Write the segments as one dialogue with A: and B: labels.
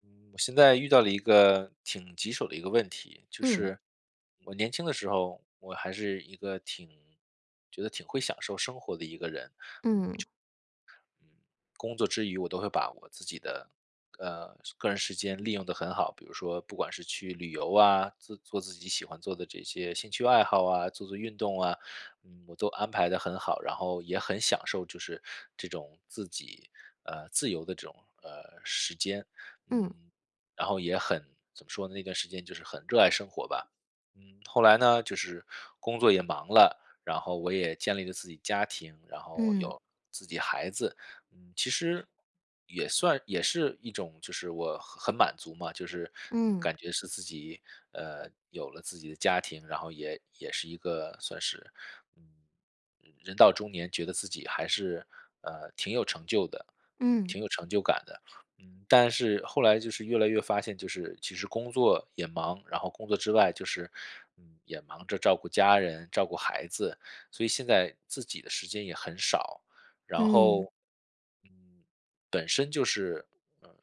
A: 嗯我现在遇到了一个挺棘手的一个问题，就
B: 嗯
A: 是我年轻的时候，我还是一个挺觉得挺会享受生活的一个人。
B: 嗯
A: 嗯，工作之余我都会把我自己的个人时间利用的很好。比如说不管是去旅游啊，自做自己喜欢做的这些兴趣爱好啊，做做运动啊。我都安排的很好，然后也很享受就是这种自己自由的这种时间。
B: 嗯
A: 嗯，然后也很怎么说呢，那段时间就是很热爱生活吧。后来呢，就是工作也忙了，然后我也建立了自己家庭，然后
B: 嗯
A: 有自己孩子。其实也算也是一种，就是我很满足嘛。就是,
B: 嗯
A: 感觉是自己有了自己的家庭，然后也是一个算是嗯人到中年，觉得自己还是挺有成就的。
B: 嗯
A: 挺有成就感的。但是后来就是越来越发现，就是其实工作也忙，然后工作之外就是也忙着照顾家人、照顾孩子，所以现在自己的时间也很少。然
B: 嗯
A: 后，嗯，本身就是，呃，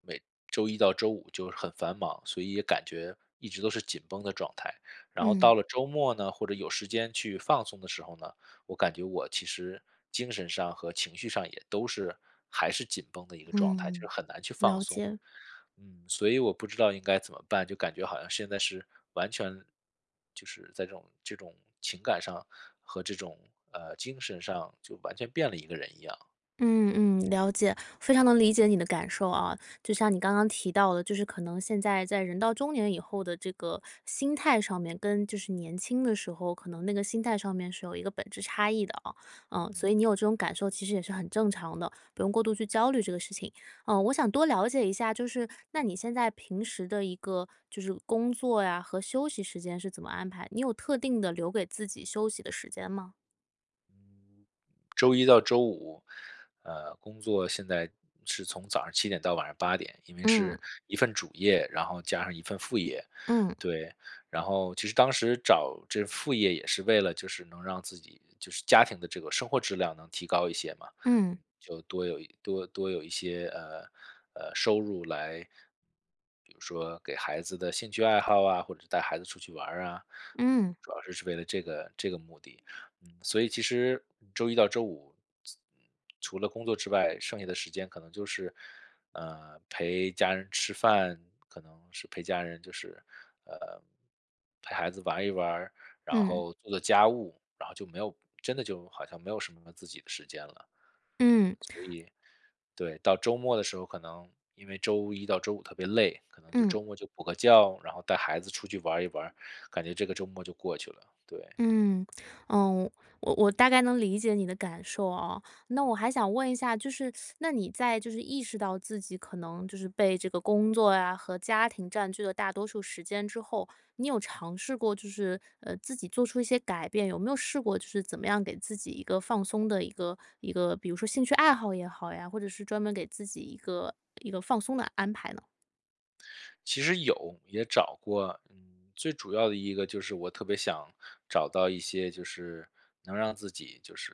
A: 每周一到周五就是很繁忙，所以也感觉一直都是紧绷的状态。然后
B: 嗯
A: 到
B: 嗯，
A: 了周末呢，或者有时间去放松的时候呢，我感觉我其实精神上和情绪上也都是还是紧绷的一个状态，就是
B: 嗯
A: 很难去放
B: 了
A: 松。
B: 解。
A: 所以我不知道应该怎么办，就感觉好像现在是完全就是在这种情感上和这种，精神上就完全变了一个人一样。
B: 嗯嗯，了解，非常能理解你的感受啊。就像你刚刚提到的，就是可能现在在人到中年以后的这个心态上面，跟就是年轻的时候，可能那个心态上面是有一个本质差异的啊。嗯，
A: 嗯。
B: 所以你有这种感受，其实也是很正常的，不用过度去焦虑这个事情。嗯，我想多了解一下，就是那你现在平时的一个就是工作呀和休息时间是怎么安排？你有特定的留给自己休息的时间吗？
A: 周一到周五，工作现在是从早上7点到晚上8点，因为
B: 嗯
A: 是一份主业，然后加上一份副业。
B: 嗯
A: 对。然后其实当时找这副业也是为了就是能让自己就是家庭的这个生活质量能提高一些嘛。
B: 嗯
A: 就多有一些，收入来比如说给孩子的兴趣爱好啊，或者带孩子出去玩儿啊。嗯，
B: 嗯
A: 主要是为了这个目的。所以其实周一到周五，嗯除了工作之外，剩下的时间可能就是，陪家人吃饭，可能是陪家人就是，呃，陪孩子玩一玩儿然
B: 嗯。
A: 后做做家务，然后就没有真的就好像没有什么自己的时间了。嗯，
B: 嗯
A: 所以对，到周末的时候，可能因为周一到周五特别累，可能就
B: 嗯
A: 周末就补个觉，然后带孩子出去玩一玩感觉这个周末就过去了。对。
B: 嗯，嗯，我大概能理解你的感受哦。那我还想问一下，就是那你在就是意识到自己可能就是被这个工作呀和家庭占据了大多数时间之后，你有尝试过就是自己做出一些改变？有没有试过就是怎么样给自己一个放松的一个，比如说兴趣爱好也好呀，或者是专门给自己一个放松的安排呢？
A: 其实有，也找过。嗯，最主要的一个就是我特别想找到一些就是能让自己就是，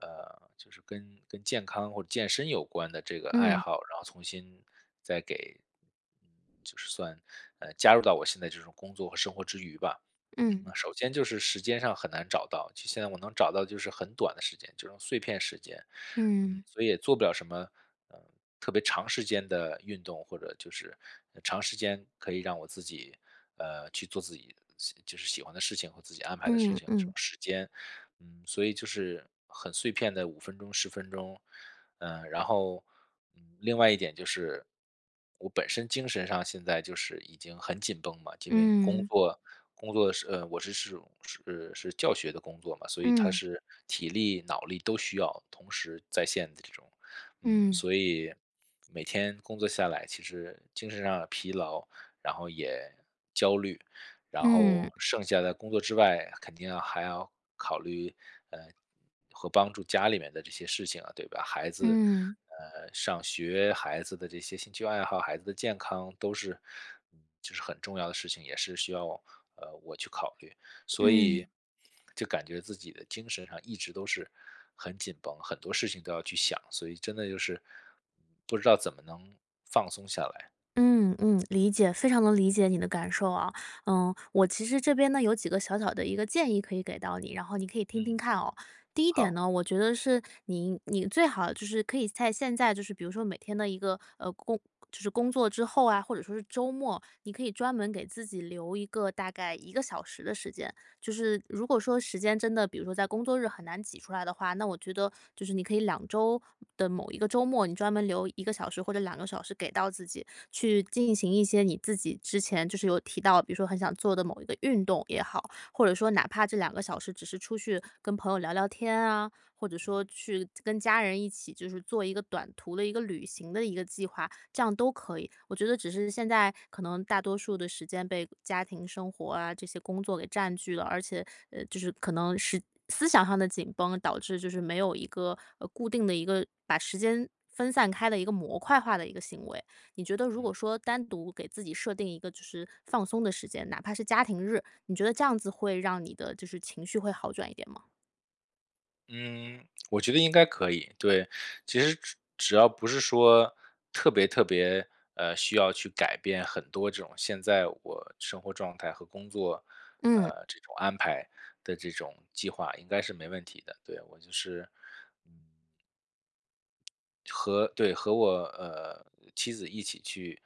A: 呃，就是跟健康或者健身有关的这个爱
B: 嗯
A: 好，然后重新再给，嗯，就是算，加入到我现在这种工作和生活之余吧。
B: 嗯
A: 首先就是时间上很难找到，就现在我能找到就是很短的时间，这种碎片时间。
B: 嗯
A: 所以也做不了什么，嗯特别长时间的运动，或者就是长时间可以让我自己，去做自己喜就是喜欢的事情和自己安排的事
B: 嗯
A: 情这种
B: 嗯
A: 时间。所以就是很碎片的5分钟、10分钟。然后，另外一点就是，我本身精神上现在就是已经很紧绷嘛，因为工
B: 嗯
A: 作工作我是教学的工作嘛，所以它
B: 嗯
A: 是体力、脑力都需要同时在线的这种。
B: 嗯。
A: 所以每天工作下来，其实精神上的疲劳，然后也焦虑，然
B: 嗯，
A: 后剩下的工作之外，肯定要还要考虑，呃，和帮助家里面的这些事情啊，对吧？孩子，
B: 嗯，
A: 呃，上学，孩子的这些兴趣爱好，孩子的健康都是，就是很重要的事情，也是需要我去考虑，所
B: 嗯，
A: 以就感觉自己的精神上一直都是很紧绷，很多事情都要去想，所以真的就是不知道怎么能放松下来。
B: 嗯，嗯，理解，非常能理解你的感受啊。嗯，我其实这边呢有几个小小的一个建议可以给到你，然后你可以听听
A: 嗯。
B: 看哦。第一点
A: 好。
B: 呢，我觉得是你最好就是可以在现在就是比如说每天的一个就是工作之后啊，或者说是周末，你可以专门给自己留一个大概一个小时的时间，就是如果说时间真的，比如说在工作日很难挤出来的话，那我觉得就是你可以两周的某一个周末，你专门留一个小时或者两个小时给到自己，去进行一些你自己之前就是有提到，比如说很想做的某一个运动也好，或者说哪怕这两个小时只是出去跟朋友聊聊天啊，或者说去跟家人一起，就是做一个短途的一个旅行的一个计划，这样都可以。我觉得只是现在可能大多数的时间被家庭生活啊，这些工作给占据了，而且，就是可能是思想上的紧绷，导致就是没有一个，固定的一个把时间分散开的一个模块化的一个行为。你觉得如果
A: 嗯。
B: 说单独给自己设定一个就是放松的时间，哪怕是家庭日，你觉得这样子会让你的就是情绪会好转一点吗？
A: 嗯，我觉得应该可以。对，其实只只要不是说特别特别，需要去改变很多这种现在我生活状态和工作，
B: 嗯
A: 呃，这种安排的这种计划，应该是没问题的。对，我就是，嗯，和对，和我，呃，妻子一起去，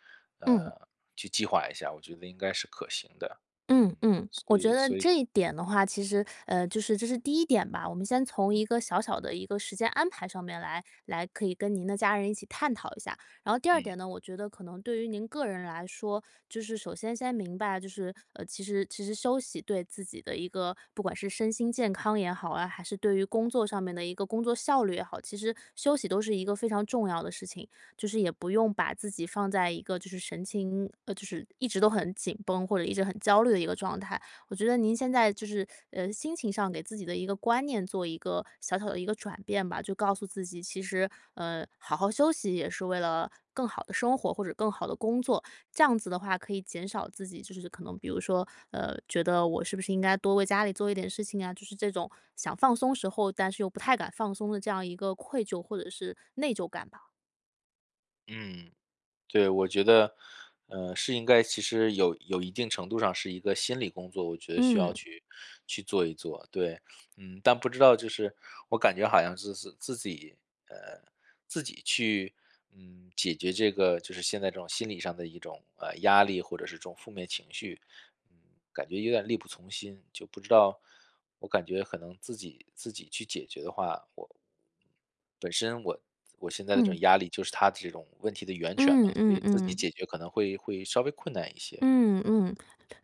B: 嗯。
A: 呃，去计划一下，我觉得应该是可行的。
B: 嗯
A: 嗯，
B: 嗯，我
A: 所
B: 觉
A: 以
B: 得
A: 所以
B: 这一点的话，其实就是这是第一点吧。我们先从一个小小的一个时间安排上面来，可以跟您的家人一起探讨一下。然后第二
A: 嗯，
B: 点呢，我觉得可能对于您个人来说，就是首先先明白，就是其实休息对自己的一个，不管是身心健康也好啊，还是对于工作上面的一个工作效率也好，其实休息都是一个非常重要的事情。就是也不用把自己放在一个就是神情，就是一直都很紧绷或者一直很焦虑的一个状态。我觉得您现在就是，心情上给自己的一个观念做一个小小的一个转变吧，就告诉自己其实，好好休息也是为了更好的生活或者更好的工作。这样子的话可以减少自己就是可能比如说，觉得我是不是应该多为家里做一点事情啊，就是这种想放松时候，但是又不太敢放松的这样一个愧疚或者是内疚感吧。
A: 嗯。对，我觉得，是应该其实有一定程度上是一个心理工作，我觉得需要
B: 嗯。
A: 去去做一做。对。但不知道就是我感觉好像是自己，呃，自己去，解决这个就是现在这种心理上的一种压力或者是这种负面情绪。嗯，感觉有点力不从心，就不知道我感觉可能自己去解决的话，我本身我我现在的这
B: 嗯，
A: 种压力就是的这种问题的源泉
B: 嗯
A: 嘛，所
B: 嗯
A: 以自己
B: 嗯，
A: 解决可能会会稍微困难一些。
B: 嗯嗯，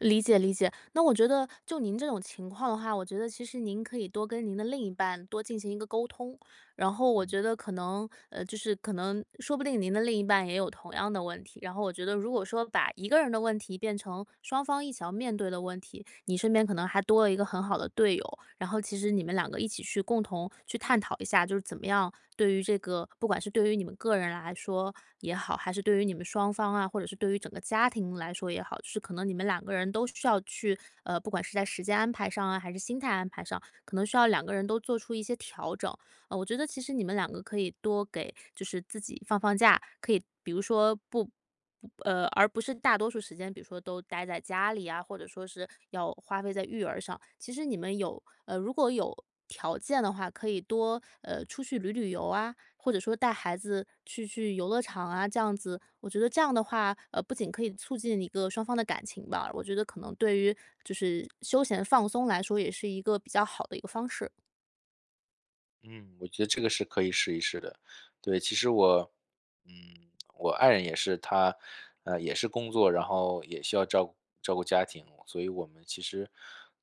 B: 理解。那我觉得就您这种情况的话，我觉得其实您可以多跟您的另一半多进行一个沟通，然后我觉得可能，就是可能说不定您的另一半也有同样的问题。然后我觉得如果说把一个人的问题变成双方一起要面对的问题，你身边可能还多了一个很好的队友，然后其实你们两个一起去共同去探讨一下，就是怎么样对于这个，不管是对于你们个人来说也好，还是对于你们双方啊，或者是对于整个家庭来说也好，就是可能你们两个人都需要去，不管是在时间安排上啊，还是心态安排上，可能需要两个人都做出一些调整。我觉得其实你们两个可以多给就是自己放放假，可以比如说不不呃，而不是大多数时间，比如说都待在家里啊，或者说是要花费在育儿上。其实你们有如果有条件的话，可以多出去旅游啊，或者说带孩子去游乐场啊，这样子，我觉得这样的话，不仅可以促进一个双方的感情吧，我觉得可能对于就是休闲放松来说，也是一个比较好的一个方式。
A: 嗯，我觉得这个是可以试一试的。对，其实我。嗯，我爱人也是，她，也是工作，然后也需要照顾照顾家庭，所以我们其实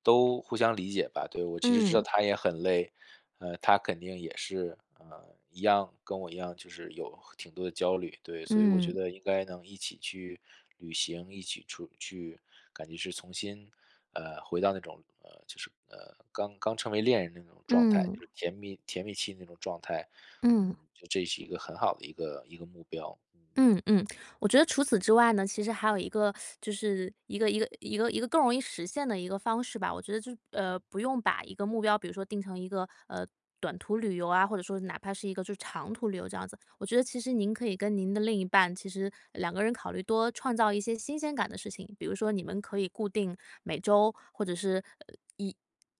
A: 都互相理解吧。对，我其实知道
B: 嗯
A: 她也很累，她肯定也是，一样跟我一样，就是有挺多的焦虑。对，所以我
B: 嗯。
A: 觉得应该能一起去旅行，一起出去，感觉是重新回到那种就是刚刚成为恋人的那种状态，
B: 嗯，
A: 就是甜蜜甜蜜期那种状态。
B: 嗯，
A: 嗯。就这是一个很好的一个目标。嗯。
B: 嗯嗯，我觉得除此之外呢，其实还有一个就是一个更容易实现的一个方式吧。我觉得就是不用把一个目标，比如说定成一个短途旅游啊，或者说哪怕是一个就是长途旅游这样子。我觉得其实您可以跟您的另一半，其实两个人考虑多创造一些新鲜感的事情，比如说你们可以固定每周或者是呃一。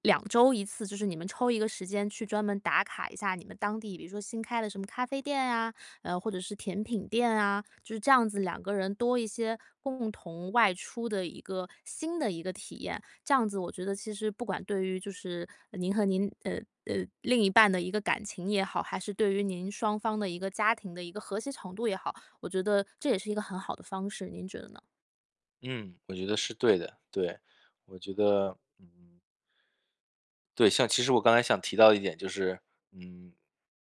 B: 两周一次，就是你们抽一个时间去专门打卡一下你们当地，比如说新开的什么咖啡店呀、或者是甜品店啊，就是这样子两个人多一些共同外出的一个新的一个体验。这样子我觉得其实不管对于就是您和您另一半的一个感情也好，还是对于您双方的一个家庭的一个和谐程度也好，我觉得这也是一个很好的方式，您觉得呢？
A: 嗯，我觉得是对的。对，我觉得嗯对，像其实我刚才想提到一点就是，嗯，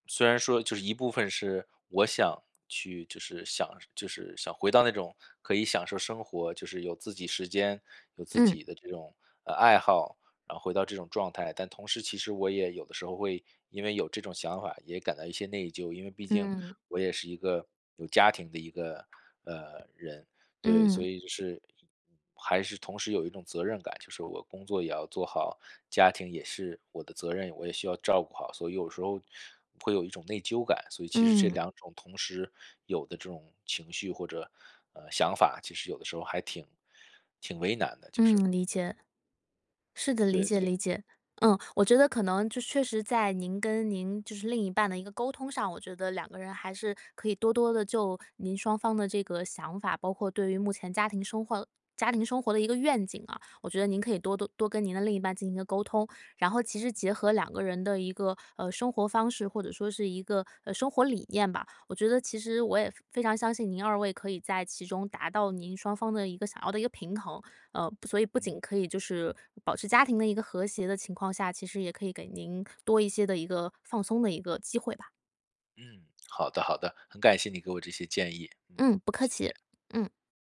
A: 虽然说就是一部分是我想去，就是想就是想回到那种可以享受生活，就是有自己时间，有自
B: 嗯
A: 己的这种爱好，然后回到这种状态。但同时，其实我也有的时候会因为有这种想法，也感到一些内疚，因为毕竟
B: 嗯
A: 我也是一个有家庭的一个人。对，所
B: 嗯
A: 以就是还是同时有一种责任感，就是我工作也要做好，家庭也是我的责任，我也需要照顾好，所以有时候会有一种内疚感，所以其实这
B: 嗯
A: 两种同时有的这种情绪或者想法，其实有的时候还挺为难的，就
B: 嗯，
A: 是
B: 理解。是的，理
A: 对，
B: 解
A: 所以
B: 理解。
A: 嗯
B: 嗯，我觉得可能就确实在您跟您就是另一半的一个沟通上，我觉得两个人还是可以多多的就您双方的这个想法，包括对于目前家庭生活、家庭生活的一个愿景啊，我觉得您可以多多跟您的另一半进行一个沟通，然后其实结合两个人的一个生活方式或者说是一个生活理念吧，我觉得其实我也非常相信您二位可以在其中达到您双方的一个想要的一个平衡。所以不
A: 嗯
B: 仅可以就是保持家庭的一个和谐的情况下，其实也可以给您多一些的一个放松的一个机会吧。
A: 嗯。好的好的，很感谢你给我这些建议。嗯，
B: 嗯，不客
A: 谢
B: 气。
A: 谢。
B: 嗯。